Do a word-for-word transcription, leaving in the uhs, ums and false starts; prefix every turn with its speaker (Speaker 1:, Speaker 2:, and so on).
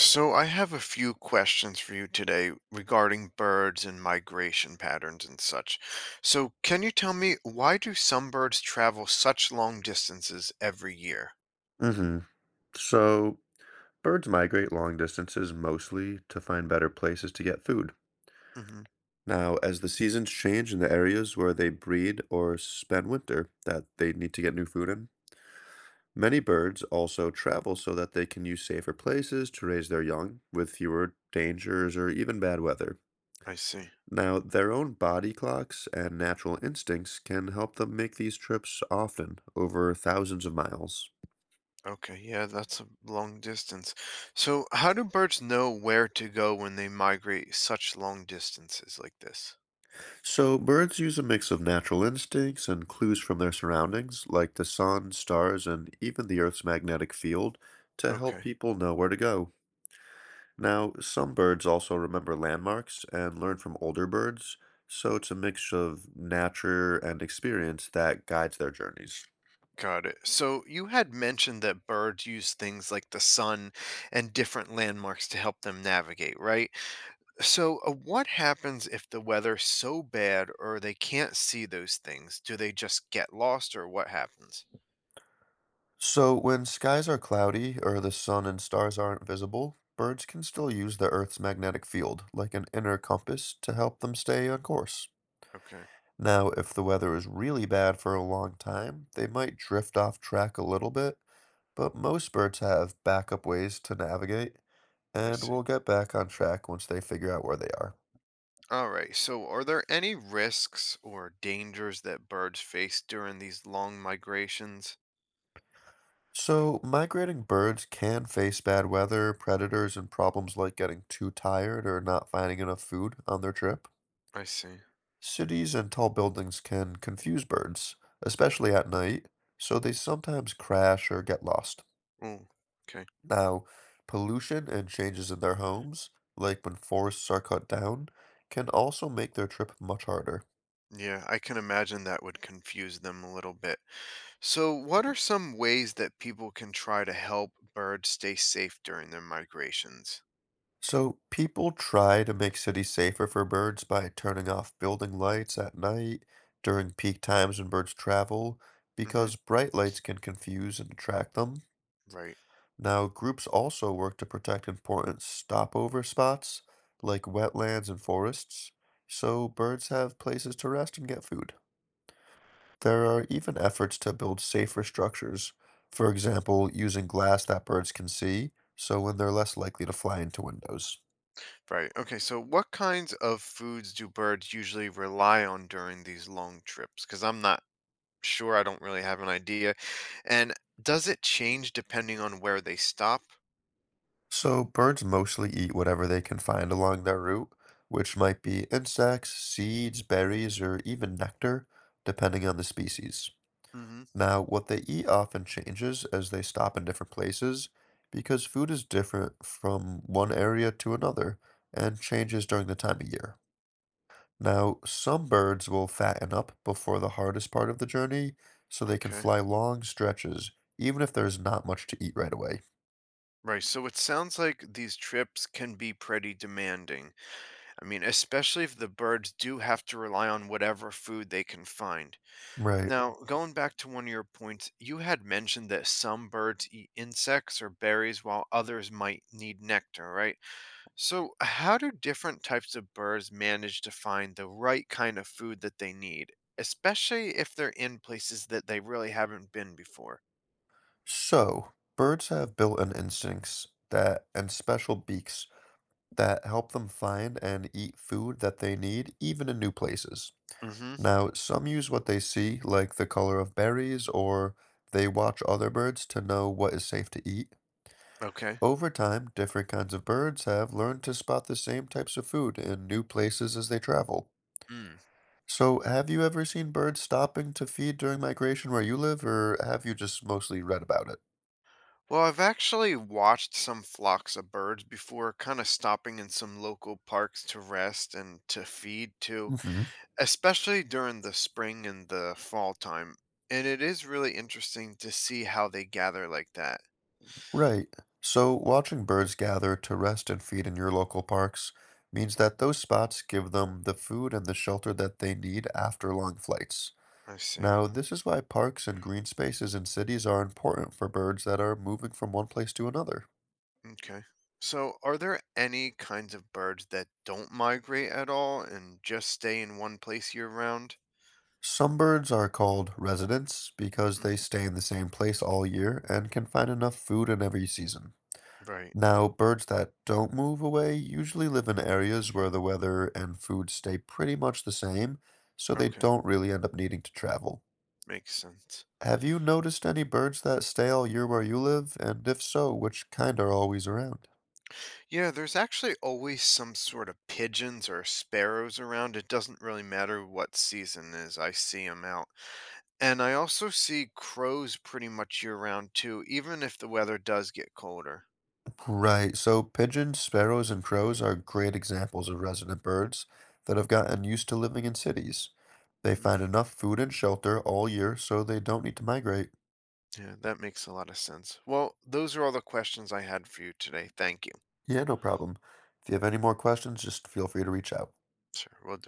Speaker 1: So, I have a few questions for you today regarding birds and migration patterns and such. So, can you tell me why do some birds travel such long distances every year?
Speaker 2: hmm So, birds migrate long distances mostly to find better places to get food.
Speaker 1: hmm
Speaker 2: Now, as the seasons change in the areas where they breed or spend winter that they need to get new food in, many birds also travel so that they can use safer places to raise their young with fewer dangers or even bad weather.
Speaker 1: I see.
Speaker 2: Now, their own body clocks and natural instincts can help them make these trips often, over thousands of miles.
Speaker 1: Okay, yeah, that's a long distance. So, how do birds know where to go when they migrate such long distances like this?
Speaker 2: So, birds use a mix of natural instincts and clues from their surroundings, like the sun, stars, and even the Earth's magnetic field, to help
Speaker 1: Okay,
Speaker 2: people know where to go. Now, some birds also remember landmarks and learn from older birds, so it's a mix of nature and experience that guides their journeys.
Speaker 1: got it. So, you had mentioned that birds use things like the sun and different landmarks to help them navigate, right? So, uh, what happens if the weather's so bad or they can't see those things? Do they just get lost or what happens?
Speaker 2: So, when skies are cloudy or the sun and stars aren't visible, birds can still use the Earth's magnetic field, like an inner compass, to help them stay on course.
Speaker 1: Okay,
Speaker 2: Now, if the weather is really bad for a long time, they might drift off track a little bit, but most birds have backup ways to navigate
Speaker 1: I
Speaker 2: and will
Speaker 1: see.
Speaker 2: get back on track once they figure out where they are.
Speaker 1: All right, so are there any risks or dangers that birds face during these long migrations?
Speaker 2: So, migrating birds can face bad weather, predators, and problems like getting too tired or not finding enough food on their trip.
Speaker 1: I see.
Speaker 2: Cities and tall buildings can confuse birds, especially at night, so they sometimes crash or get lost.
Speaker 1: Oh, okay.
Speaker 2: Now, pollution and changes in their homes, like when forests are cut down, can also make their trip much harder.
Speaker 1: Yeah, I can imagine that would confuse them a little bit. So, what are some ways that people can try to help birds stay safe during their migrations?
Speaker 2: So, people try to make cities safer for birds by turning off building lights at night during peak times when birds travel,
Speaker 1: Mm-hmm.
Speaker 2: because bright lights can confuse and attract them.
Speaker 1: Right.
Speaker 2: Now, groups also work to protect important stopover spots like wetlands and forests, so birds have places to rest and get food. There are even efforts to build safer structures, for example, using glass that birds can see, so when they're less likely to fly into windows.
Speaker 1: Right. Okay. So, what kinds of foods do birds usually rely on during these long trips? Because I'm not sure. I don't really have an idea. And does it change depending on where they stop?
Speaker 2: So, birds mostly eat whatever they can find along their route, which might be insects, seeds, berries, or even nectar, depending on the species.
Speaker 1: hmm
Speaker 2: Now, what they eat often changes as they stop in different places because food is different from one area to another and changes during the time of year. Now, some birds will fatten up before the hardest part of the journey so they can
Speaker 1: Okay.
Speaker 2: fly long stretches even if there's not much to eat right away.
Speaker 1: Right. So, it sounds like these trips can be pretty demanding. I mean, especially if the birds do have to rely on whatever food they can find.
Speaker 2: Right.
Speaker 1: Now, going back to one of your points, you had mentioned that some birds eat insects or berries while others might need nectar, right? So, how do different types of birds manage to find the right kind of food that they need, especially if they're in places that they really haven't been before?
Speaker 2: So, birds have built-in instincts that and special beaks that help them find and eat food that they need even in new places.
Speaker 1: hmm
Speaker 2: Now, some use what they see, like the color of berries, or they watch other birds to know what is safe to eat.
Speaker 1: Okay.
Speaker 2: Over time, different kinds of birds have learned to spot the same types of food in new places as they travel.
Speaker 1: Mm.
Speaker 2: So, have you ever seen birds stopping to feed during migration where you live, or have you just mostly read about it?
Speaker 1: Well, I've actually watched some flocks of birds before, kind of stopping in some local parks to rest and to feed too,
Speaker 2: hmm
Speaker 1: especially during the spring and the fall time. And it is really interesting to see how they gather like that.
Speaker 2: Right. So, watching birds gather to rest and feed in your local parks means that those spots give them the food and the shelter that they need after long flights.
Speaker 1: I see.
Speaker 2: Now, this is why parks and green spaces in cities are important for birds that are moving from one place to another.
Speaker 1: Okay. So, are there any kinds of birds that don't migrate at all and just stay in one place year round?
Speaker 2: Some birds are called residents because they
Speaker 1: hmm
Speaker 2: stay in the same place all year and can find enough food in every season.
Speaker 1: Right.
Speaker 2: Now, birds that don't move away usually live in areas where the weather and food stay pretty much the same, so they
Speaker 1: Okay.
Speaker 2: don't really end up needing to travel.
Speaker 1: Makes sense.
Speaker 2: Have you noticed any birds that stay all year where you live? And if so, which kind are always around?
Speaker 1: Yeah, there's actually always some sort of pigeons or sparrows around. It doesn't really matter what season is. I see them out. And I also see crows pretty much year round too, even if the weather does get colder.
Speaker 2: Right. So pigeons, sparrows, and crows are great examples of resident birds that have gotten used to living in cities. They find
Speaker 1: hmm
Speaker 2: enough food and shelter all year so they don't need to migrate.
Speaker 1: Yeah, that makes a lot of sense. Well, those are all the questions I had for you today. Thank you.
Speaker 2: Yeah, no problem. If you have any more questions, just feel free to reach out.
Speaker 1: Sure. We'll